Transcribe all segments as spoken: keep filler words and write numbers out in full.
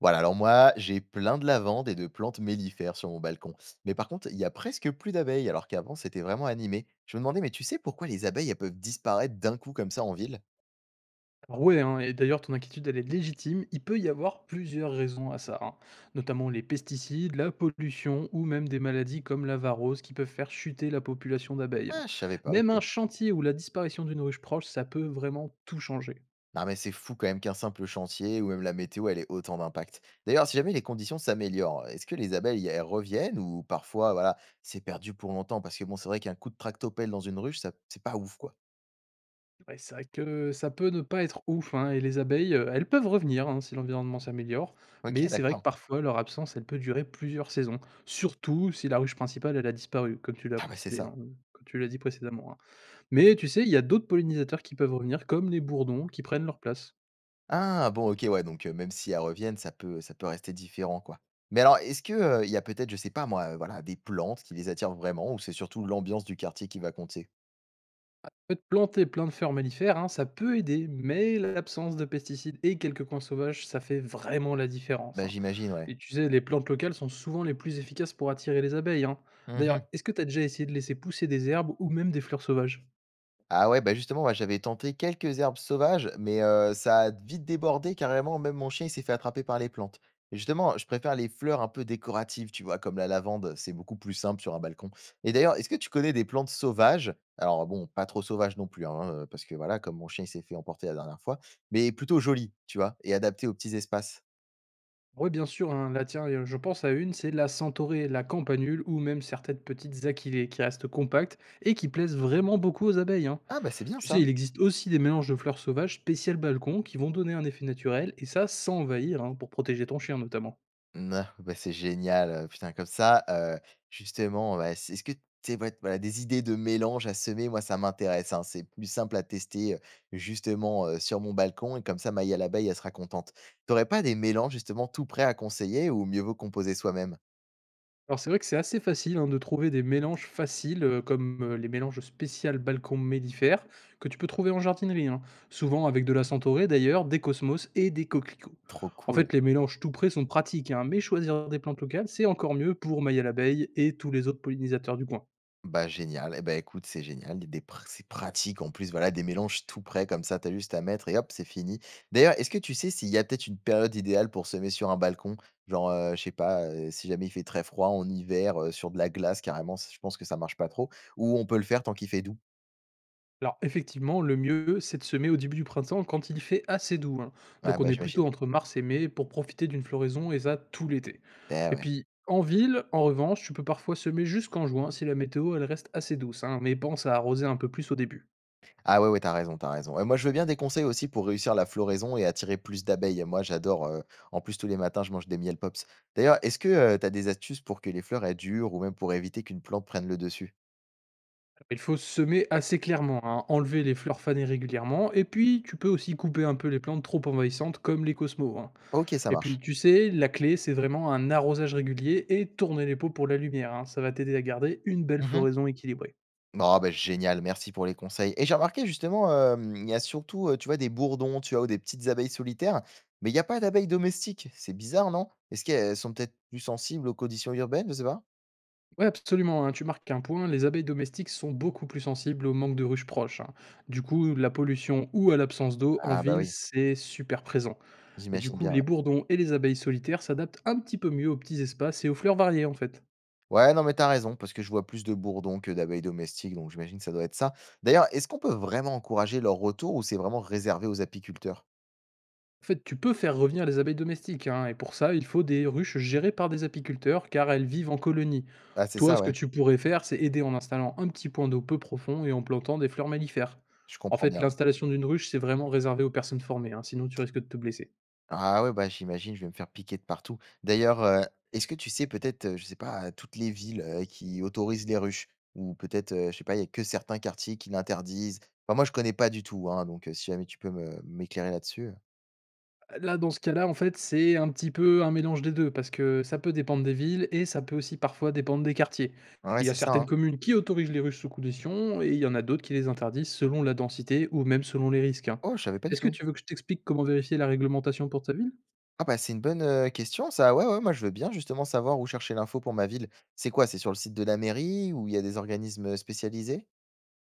Voilà, alors moi, j'ai plein de lavandes et de plantes mellifères sur mon balcon. Mais par contre, il y a presque plus d'abeilles, alors qu'avant, c'était vraiment animé. Je me demandais, mais tu sais pourquoi les abeilles, elles peuvent disparaître d'un coup comme ça en ville? Alors ouais, hein, et d'ailleurs, ton inquiétude, elle est légitime. Il peut y avoir plusieurs raisons à ça, hein, notamment les pesticides, la pollution ou même des maladies comme la varose qui peuvent faire chuter la population d'abeilles, hein. Ah, je savais pas, Même ok. un chantier ou la disparition d'une ruche proche, ça peut vraiment tout changer. Non, mais c'est fou quand même qu'un simple chantier ou même la météo, elle ait autant d'impact. D'ailleurs, si jamais les conditions s'améliorent, est-ce que les abeilles, elles reviennent ou parfois, voilà, c'est perdu pour longtemps? Parce que bon, c'est vrai qu'un coup de tractopelle dans une ruche, ça, c'est pas ouf, quoi. Ouais, c'est vrai que ça peut ne pas être ouf, hein, et les abeilles, euh, elles peuvent revenir, hein, si l'environnement s'améliore, mais Ok, c'est vrai que d'accord. parfois leur absence, elle peut durer plusieurs saisons, surtout si la ruche principale, elle a disparu, comme tu l'as Ah bah c'est précisé, ça. hein, comme tu l'as dit précédemment, hein. Mais tu sais, il y a d'autres pollinisateurs qui peuvent revenir, comme les bourdons, qui prennent leur place. Ah bon, OK, ouais, donc heu, même si elles reviennent, ça peut ça peut rester différent, quoi. Mais alors, est-ce que, heu, il y a peut-être, je sais pas moi, heu, voilà, des plantes qui les attirent vraiment ou c'est surtout l'ambiance du quartier qui va compter? En fait, planter plein de fleurs mellifères, hein, ça peut aider, mais l'absence de pesticides et quelques coins sauvages, ça fait vraiment la différence, Bah, hein. j'imagine, ouais. Et tu sais, les plantes locales sont souvent les plus efficaces pour attirer les abeilles, hein. Mmh. D'ailleurs, est-ce que tu as déjà essayé de laisser pousser des herbes ou même des fleurs sauvages? Ah ouais, bah, justement, moi, j'avais tenté quelques herbes sauvages, mais heu, ça a vite débordé carrément, même mon chien, il s'est fait attraper par les plantes. Et justement, je préfère les fleurs un peu décoratives, tu vois? Comme la lavande, c'est beaucoup plus simple sur un balcon. Et d'ailleurs, est-ce que tu connais des plantes sauvages? Alors bon, pas trop sauvages non plus, hein, heu, parce que voilà, comme mon chien, il s'est fait emporter la dernière fois, mais plutôt jolies, tu vois? Et adaptées aux petits espaces. Oui, bien sûr, hein, là tiens, euh, je pense à une, c'est la centaurée, la campanule ou même certaines petites achillées qui restent compactes et qui plaisent vraiment beaucoup aux abeilles, hein. Ah, bah, c'est bien Tu sais, ça! il existe aussi des mélanges de fleurs sauvages spéciales balcon qui vont donner un effet naturel, et ça sans envahir, hein, pour protéger ton chien notamment. Non, bah, c'est génial, heu, putain comme ça, heu, justement, ouais, c'est est-ce que tu ouais, voilà, voilà, des idées de mélange à semer, moi ça m'intéresse, hein. C'est plus simple à tester, heu, justement, heu, sur mon balcon et comme ça Maya l'abeille, elle sera contente. T'aurais pas des mélanges justement tout prêts à conseiller ou mieux vaut composer soi-même? Alors c'est vrai que c'est assez facile, hein, de trouver des mélanges faciles, euh, comme euh, les mélanges spécial balcon mellifères, que tu peux trouver en jardinerie, hein, souvent avec de la centaurée d'ailleurs, des cosmos et des coquelicots. Trop En fait, cool. les mélanges tout prêts sont pratiques, hein, mais choisir des plantes locales, c'est encore mieux pour Maya l'abeille et tous les autres pollinisateurs du coin. Bah, génial. Eh ben écoute, c'est génial. Des pr C'est pratique en plus, voilà, des mélanges tout prêts comme ça, t'as juste à mettre et hop, c'est fini. D'ailleurs, est-ce que tu sais s'il y a peut-être une période idéale pour semer sur un balcon? Genre, heu, je sais pas, heu, si jamais il fait très froid en hiver, heu, sur de la glace carrément, c je pense que ça marche pas trop, ou on peut le faire tant qu'il fait doux? Alors effectivement, le mieux, c'est de semer au début du printemps quand il fait assez doux, hein. Ah Donc on bah, est plutôt j'imagine. entre mars et mai pour profiter d'une floraison et ça tout l'été. Eh Et ouais. puis en ville, en revanche, tu peux parfois semer jusqu'en juin si la météo elle reste assez douce, hein. Mais pense à arroser un peu plus au début. Ah ouais, ouais, t'as raison, t'as raison. Et moi, je veux bien des conseils aussi pour réussir la floraison et attirer plus d'abeilles. Moi, j'adore. Euh, en plus, tous les matins, je mange des miels pops. D'ailleurs, est-ce que tu as des astuces pour que les fleurs aient durent ou même pour éviter qu'une plante prenne le dessus? Il faut semer assez clairement, hein, enlever les fleurs fanées régulièrement. Et puis tu peux aussi couper un peu les plantes trop envahissantes comme les cosmos, hein. Ok, ça Et puis marche. tu sais, la clé c'est vraiment un arrosage régulier et tourner les pots pour la lumière, hein. Ça va t'aider à garder une belle Mhm. floraison équilibrée. Bon, bah, génial, merci pour les conseils. Et j'ai remarqué justement, euh, il y a surtout, euh, tu vois, des bourdons, tu vois, ou des petites abeilles solitaires, mais il n'y a pas d'abeilles domestiques. C'est bizarre, non? Est-ce qu'elles sont peut-être plus sensibles aux conditions urbaines, je sais pas? Ouais, absolument, hein, tu marques un point, les abeilles domestiques sont beaucoup plus sensibles au manque de ruches proches, hein. Du coup, la pollution ou à l'absence d'eau en Ah bah ville, oui, c'est super présent. Et du j'imagine coup, bien, les ouais. bourdons et les abeilles solitaires s'adaptent un petit peu mieux aux petits espaces et aux fleurs variées en fait. Ouais, non, mais t'as raison, parce que je vois plus de bourdons que d'abeilles domestiques, donc j'imagine que ça doit être ça. D'ailleurs, est-ce qu'on peut vraiment encourager leur retour ou c'est vraiment réservé aux apiculteurs? En fait, tu peux faire revenir les abeilles domestiques, hein, et pour ça, il faut des ruches gérées par des apiculteurs car elles vivent en colonie. Ah, c'est Toi, ça, ce que ouais, tu pourrais faire, c'est aider en installant un petit point d'eau peu profond et en plantant des fleurs mellifères. je En comprends fait, bien, ouais. l'installation d'une ruche, c'est vraiment réservé aux personnes formées, hein, sinon tu risques de te blesser. Ah ouais, bah j'imagine, je vais me faire piquer de partout. D'ailleurs, heu, est-ce que tu sais peut-être, heu, je sais pas, euh, toutes les villes, heu, qui autorisent les ruches? Ou peut-être, heu, je sais pas, il y a que certains quartiers qui l'interdisent? Enfin, moi, je connais pas du tout, hein, donc heu, si jamais tu peux me m'éclairer là-dessus, heu. Là, dans ce cas-là, en fait, c'est un petit peu un mélange des deux parce que ça peut dépendre des villes et ça peut aussi parfois dépendre des quartiers. Ouais, Il y a c'est ça, certaines hein. communes qui autorisent les ruches sous condition et il y en a d'autres qui les interdisent selon la densité ou même selon les risques, hein. Oh, je savais pas du Est-ce que tout. tu veux que je t'explique comment vérifier la réglementation pour ta ville? Ah bah, c'est une bonne, heu, question ça. Ouais, ouais, moi je veux bien justement savoir où chercher l'info pour ma ville. C'est quoi? C'est sur le site de la mairie ou il y a des organismes spécialisés?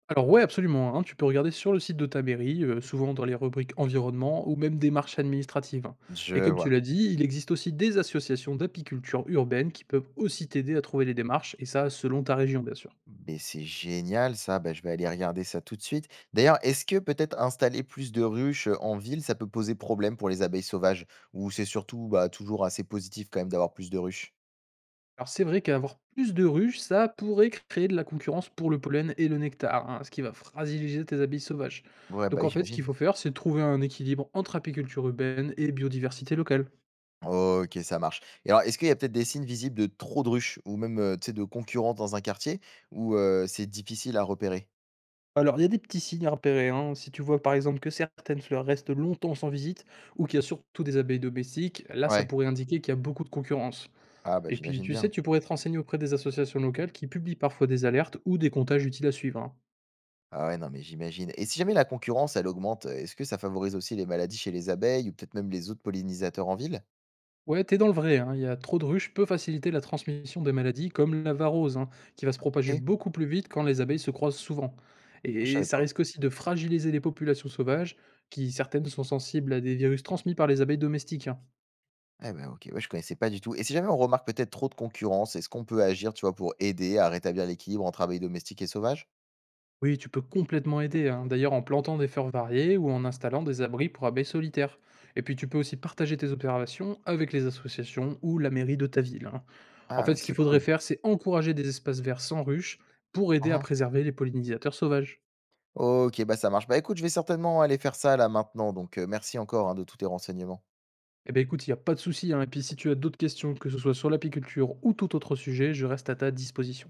Alors ouais, absolument, hein, tu peux regarder sur le site de ta mairie, heu, souvent dans les rubriques environnement ou même démarches administratives, hein. Et Je comme tu vois. l'as dit, il existe aussi des associations d'apiculture urbaine qui peuvent aussi t'aider à trouver les démarches et ça selon ta région, bien sûr. Mais c'est génial ça, bah, je vais aller regarder ça tout de suite. D'ailleurs, est-ce que peut-être installer plus de ruches, heu, en ville, ça peut poser problème pour les abeilles sauvages? Ou c'est surtout, bah, toujours assez positif quand même d'avoir plus de ruches? Alors c'est vrai qu'avoir plus de ruches, ça pourrait créer de la concurrence pour le pollen et le nectar, hein, ce qui va fragiliser tes abeilles sauvages. Ouais, bah, Donc en oui, fait, ce qu'il j'imagine. faut faire, c'est trouver un équilibre entre apiculture urbaine et biodiversité locale. OK, ça marche. Et alors, est-ce qu'il y a peut-être des signes visibles de trop de ruches ou même, heu, tu sais, de concurrence dans un quartier ou, heu, c'est difficile à repérer? Alors il y a des petits signes à repérer, hein. Si tu vois par exemple que certaines fleurs restent longtemps sans visite ou qu'il y a surtout des abeilles domestiques, là ça Ouais. pourrait indiquer qu'il y a beaucoup de concurrence. Ah bah, Et puis j'imagine tu sais, bien. tu pourrais te renseigner auprès des associations locales qui publient parfois des alertes ou des comptages utiles à suivre, hein. Ah ouais, non, mais j'imagine. Et si jamais la concurrence, elle augmente, euh, est-ce que ça favorise aussi les maladies chez les abeilles ou peut-être même les autres pollinisateurs en ville? Ouais, t'es dans le vrai, hein. Il y a trop de ruches peut faciliter la transmission des maladies comme la varose, hein, qui va se propager OK, beaucoup plus vite quand les abeilles se croisent souvent. ah je Et savais ça pas. risque aussi de fragiliser les populations sauvages, qui certaines sont sensibles à des virus transmis par les abeilles domestiques, hein. Eh ben OK, ouais, je connaissais pas du tout. Et si jamais on remarque peut-être trop de concurrence, est-ce qu'on peut agir, tu vois, pour aider à rétablir l'équilibre entre abeilles domestiques et sauvages? Oui, tu peux complètement aider, hein, d'ailleurs en plantant des fleurs variées ou en installant des abris pour abeilles solitaires. Et puis tu peux aussi partager tes observations avec les associations ou la mairie de ta ville, hein. En Ah fait, ouais, ce qu'il c'est faudrait cool. faire, c'est encourager des espaces verts sans ruches pour aider à Mmh. préserver les pollinisateurs sauvages. OK, bah, ça marche. Bah, écoute, je vais certainement aller faire ça là maintenant, donc heu, merci encore, hein, de tous tes renseignements. Eh ben écoute, il y a pas de souci, hein, et puis si tu as d'autres questions, que ce soit sur l'apiculture ou tout autre sujet, je reste à ta disposition.